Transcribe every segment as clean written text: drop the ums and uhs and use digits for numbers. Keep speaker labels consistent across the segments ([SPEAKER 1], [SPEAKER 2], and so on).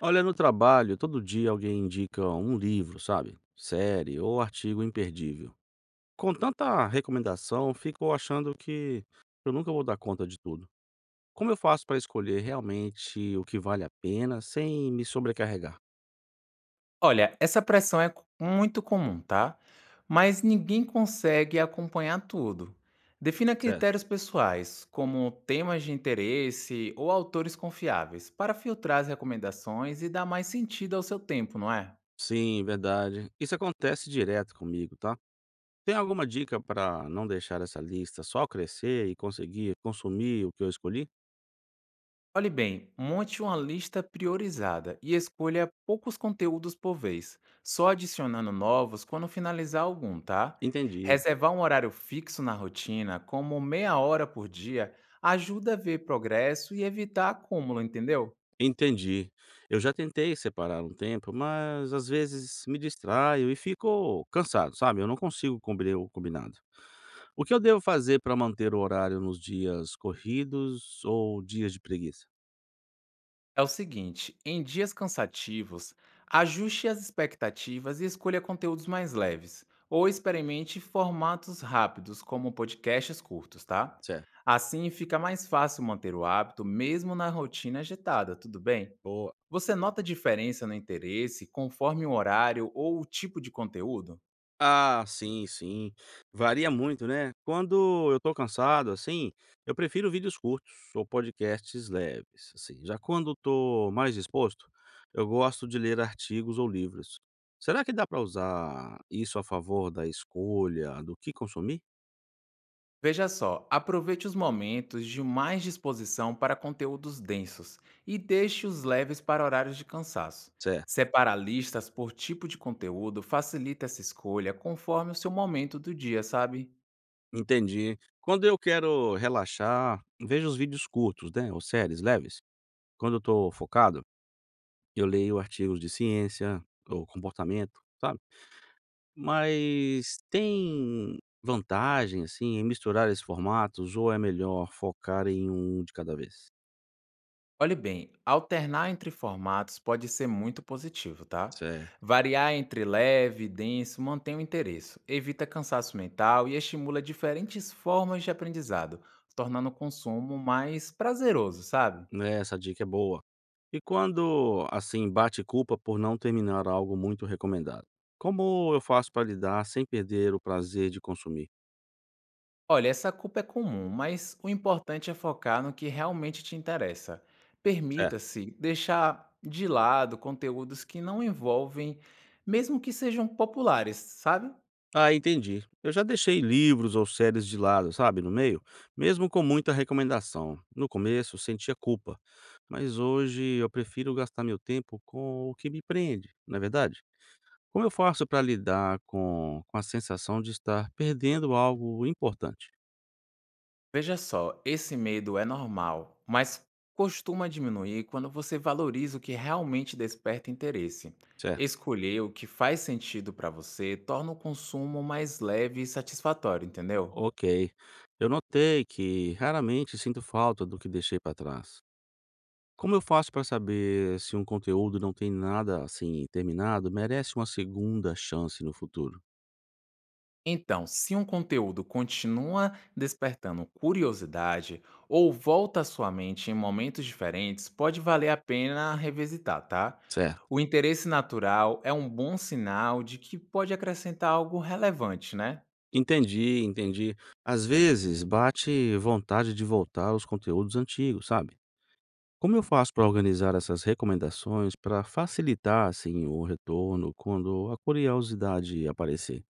[SPEAKER 1] Olha, no trabalho, todo dia alguém indica um livro, sabe? Série ou artigo imperdível. Com tanta recomendação, fico achando que eu nunca vou dar conta de tudo. Como eu faço para escolher realmente o que vale a pena sem me sobrecarregar?
[SPEAKER 2] Olha, essa pressão é co muito comum, tá? Mas ninguém consegue acompanhar tudo. Defina
[SPEAKER 1] Certo.
[SPEAKER 2] critérios pessoais, como temas de interesse ou autores confiáveis, para filtrar as recomendações e dar mais sentido ao seu tempo, não é?
[SPEAKER 1] Sim, verdade. Isso acontece direto comigo, tá? Tem alguma dica para não deixar essa lista só crescer e conseguir consumir o que eu escolhi?
[SPEAKER 2] Olhe bem, monte uma lista priorizada e escolha poucos conteúdos por vez, só adicionando novos quando finalizar algum, tá?
[SPEAKER 1] Entendi.
[SPEAKER 2] Reservar um horário fixo na rotina, como meia hora por dia, ajuda a ver progresso e evitar acúmulo, entendeu?
[SPEAKER 1] Entendi. Eu já tentei separar um tempo, mas às vezes me distraio e fico cansado, sabe? Eu não consigo cumprir o combinado. O que eu devo fazer para manter o horário nos dias corridos ou dias de preguiça?
[SPEAKER 2] É o seguinte, em dias cansativos, ajuste as expectativas e escolha conteúdos mais leves, ou experimente formatos rápidos, como podcasts curtos, tá?
[SPEAKER 1] Certo.
[SPEAKER 2] Assim fica mais fácil manter o hábito, mesmo na rotina agitada, tudo bem?
[SPEAKER 1] Boa.
[SPEAKER 2] Você nota diferença no interesse conforme o horário ou o tipo de conteúdo?
[SPEAKER 1] Ah, sim, sim. Varia muito, né? Quando eu tô cansado, assim, eu prefiro vídeos curtos ou podcasts leves, assim. Já quando tô mais disposto, eu gosto de ler artigos ou livros. Será que dá pra usar isso a favor da escolha do que consumir?
[SPEAKER 2] Veja só, aproveite os momentos de mais disposição para conteúdos densos e deixe os leves para horários de cansaço.
[SPEAKER 1] Certo,
[SPEAKER 2] Separar listas por tipo de conteúdo facilita essa escolha conforme o seu momento do dia, sabe?
[SPEAKER 1] entendi. Quando eu quero relaxar, vejo os vídeos curtos, né? Ou séries leves. Quando eu tô focado, eu leio artigos de ciência ou comportamento, sabe? Mas tem vantagem, assim, em misturar esses formatos ou é melhor focar em um de cada vez?
[SPEAKER 2] Olhe bem, alternar entre formatos pode ser muito positivo, tá?
[SPEAKER 1] Certo.
[SPEAKER 2] Variar entre leve e denso mantém o interesse, evita cansaço mental e estimula diferentes formas de aprendizado, tornando o consumo mais prazeroso, sabe?
[SPEAKER 1] Né? Essa dica é boa. E quando, assim, bate culpa por não terminar algo muito recomendado? Como eu faço para lidar sem perder o prazer de consumir?
[SPEAKER 2] Olha, essa culpa é comum, mas o importante é focar no que realmente te interessa.
[SPEAKER 1] Certo.
[SPEAKER 2] Permita-se deixar de lado conteúdos que não envolvem, mesmo que sejam populares, sabe?
[SPEAKER 1] Ah, entendi. Eu já deixei livros ou séries de lado, sabe, no meio, mesmo com muita recomendação. No começo, sentia culpa, mas hoje eu prefiro gastar meu tempo com o que me prende, não é verdade? Como eu faço para lidar com a sensação de estar perdendo algo importante?
[SPEAKER 2] Veja só, esse medo é normal, mas costuma diminuir quando você valoriza o que realmente desperta interesse.
[SPEAKER 1] Certo.
[SPEAKER 2] Escolher o que faz sentido para você torna o consumo mais leve e satisfatório, entendeu?
[SPEAKER 1] Ok. Eu notei que raramente sinto falta do que deixei para trás. Como eu faço para saber se um conteúdo não tem nada assim terminado merece uma segunda chance no futuro?
[SPEAKER 2] Então, se um conteúdo continua despertando curiosidade ou volta à sua mente em momentos diferentes, pode valer a pena revisitar, tá?
[SPEAKER 1] Certo.
[SPEAKER 2] O interesse natural é um bom sinal de que pode acrescentar algo relevante, né?
[SPEAKER 1] Entendi, entendi. Às vezes bate vontade de voltar aos conteúdos antigos, sabe? Como eu faço para organizar essas recomendações para facilitar assim o retorno quando a curiosidade aparecer?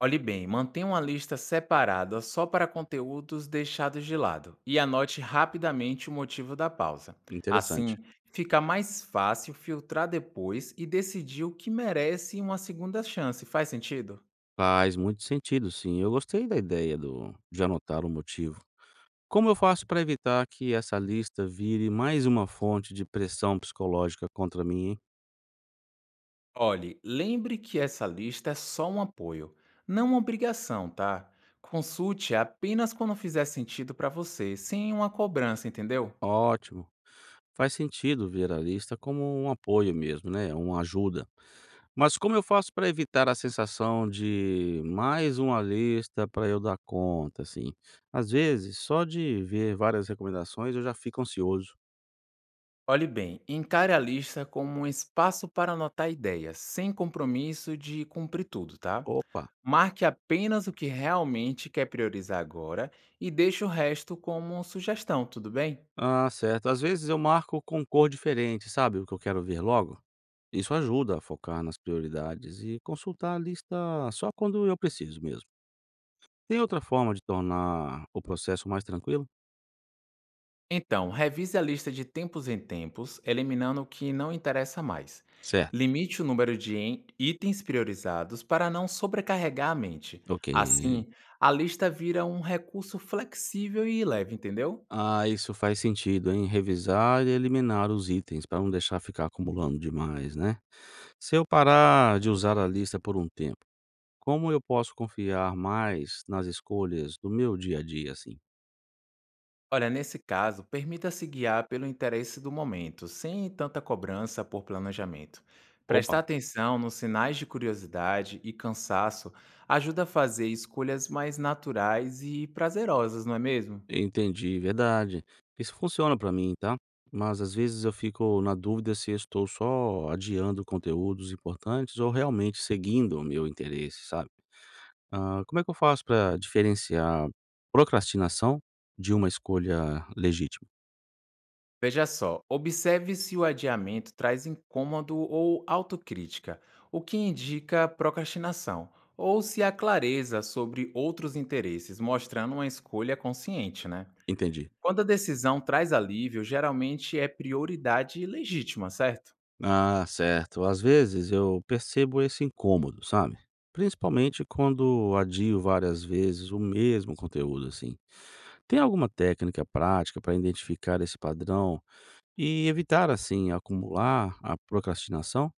[SPEAKER 2] Olhe bem, mantenha uma lista separada só para conteúdos deixados de lado e anote rapidamente o motivo da pausa.
[SPEAKER 1] Interessante.
[SPEAKER 2] Assim, fica mais fácil filtrar depois e decidir o que merece uma segunda chance. Faz sentido?
[SPEAKER 1] Faz muito sentido, sim. Eu gostei da ideia do de anotar o motivo. Como eu faço para evitar que essa lista vire mais uma fonte de pressão psicológica contra mim, hein?
[SPEAKER 2] Olhe, lembre que essa lista é só um apoio, não uma obrigação, tá? Consulte apenas quando fizer sentido para você, sem uma cobrança, entendeu?
[SPEAKER 1] Ótimo. Faz sentido ver a lista como um apoio mesmo, né? Uma ajuda. Mas como eu faço para evitar a sensação de mais uma lista para eu dar conta, assim? Às vezes, só de ver várias recomendações eu já fico ansioso.
[SPEAKER 2] Olhe bem, encare a lista como um espaço para anotar ideias, sem compromisso de cumprir tudo, tá?
[SPEAKER 1] Opa!
[SPEAKER 2] Marque apenas o que realmente quer priorizar agora e deixe o resto como sugestão, tudo bem?
[SPEAKER 1] Ah, certo. Às vezes eu marco com cor diferente, sabe, o que eu quero ver logo? Isso ajuda a focar nas prioridades e consultar a lista só quando eu preciso mesmo. Tem outra forma de tornar o processo mais tranquilo?
[SPEAKER 2] Então, revise a lista de tempos em tempos, eliminando o que não interessa mais.
[SPEAKER 1] Certo,
[SPEAKER 2] Limite o número de itens priorizados para não sobrecarregar a mente.
[SPEAKER 1] ok.
[SPEAKER 2] Assim, a lista vira um recurso flexível e leve, entendeu?
[SPEAKER 1] Ah, isso faz sentido, hein? Revisar e eliminar os itens para não deixar ficar acumulando demais, né? Se eu parar de usar a lista por um tempo, como eu posso confiar mais nas escolhas do meu dia a dia assim?
[SPEAKER 2] Olha, nesse caso, permita-se guiar pelo interesse do momento, sem tanta cobrança por planejamento.
[SPEAKER 1] Opa,
[SPEAKER 2] Prestar atenção nos sinais de curiosidade e cansaço ajuda a fazer escolhas mais naturais e prazerosas, não é mesmo?
[SPEAKER 1] entendi, verdade. Isso funciona para mim, tá? Mas às vezes eu fico na dúvida se estou só adiando conteúdos importantes ou realmente seguindo o meu interesse, sabe? Ah, como é que eu faço para diferenciar procrastinação de uma escolha legítima?
[SPEAKER 2] Veja só, observe se o adiamento traz incômodo ou autocrítica, o que indica procrastinação, ou se há clareza sobre outros interesses, mostrando uma escolha consciente, né?
[SPEAKER 1] Entendi.
[SPEAKER 2] Quando a decisão traz alívio, geralmente é prioridade legítima, certo?
[SPEAKER 1] Ah, certo. Às vezes eu percebo esse incômodo, sabe? Principalmente quando adio várias vezes o mesmo conteúdo, assim. Tem alguma técnica prática para identificar esse padrão e evitar, assim, acumular a procrastinação?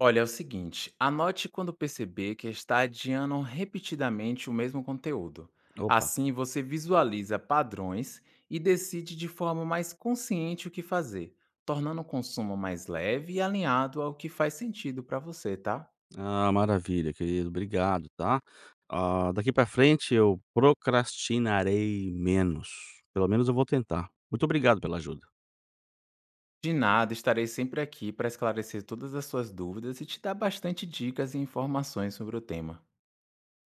[SPEAKER 2] Olha, é o seguinte, anote quando perceber que está adiando repetidamente o mesmo conteúdo.
[SPEAKER 1] Opa.
[SPEAKER 2] Assim você visualiza padrões e decide de forma mais consciente o que fazer, tornando o consumo mais leve e alinhado ao que faz sentido para você, tá?
[SPEAKER 1] Ah, maravilha, querido. Obrigado, tá? Ah, daqui pra frente eu procrastinarei menos. Pelo menos eu vou tentar. Muito obrigado pela ajuda.
[SPEAKER 2] De nada, estarei sempre aqui para esclarecer todas as suas dúvidas e te dar bastante dicas e informações sobre o tema.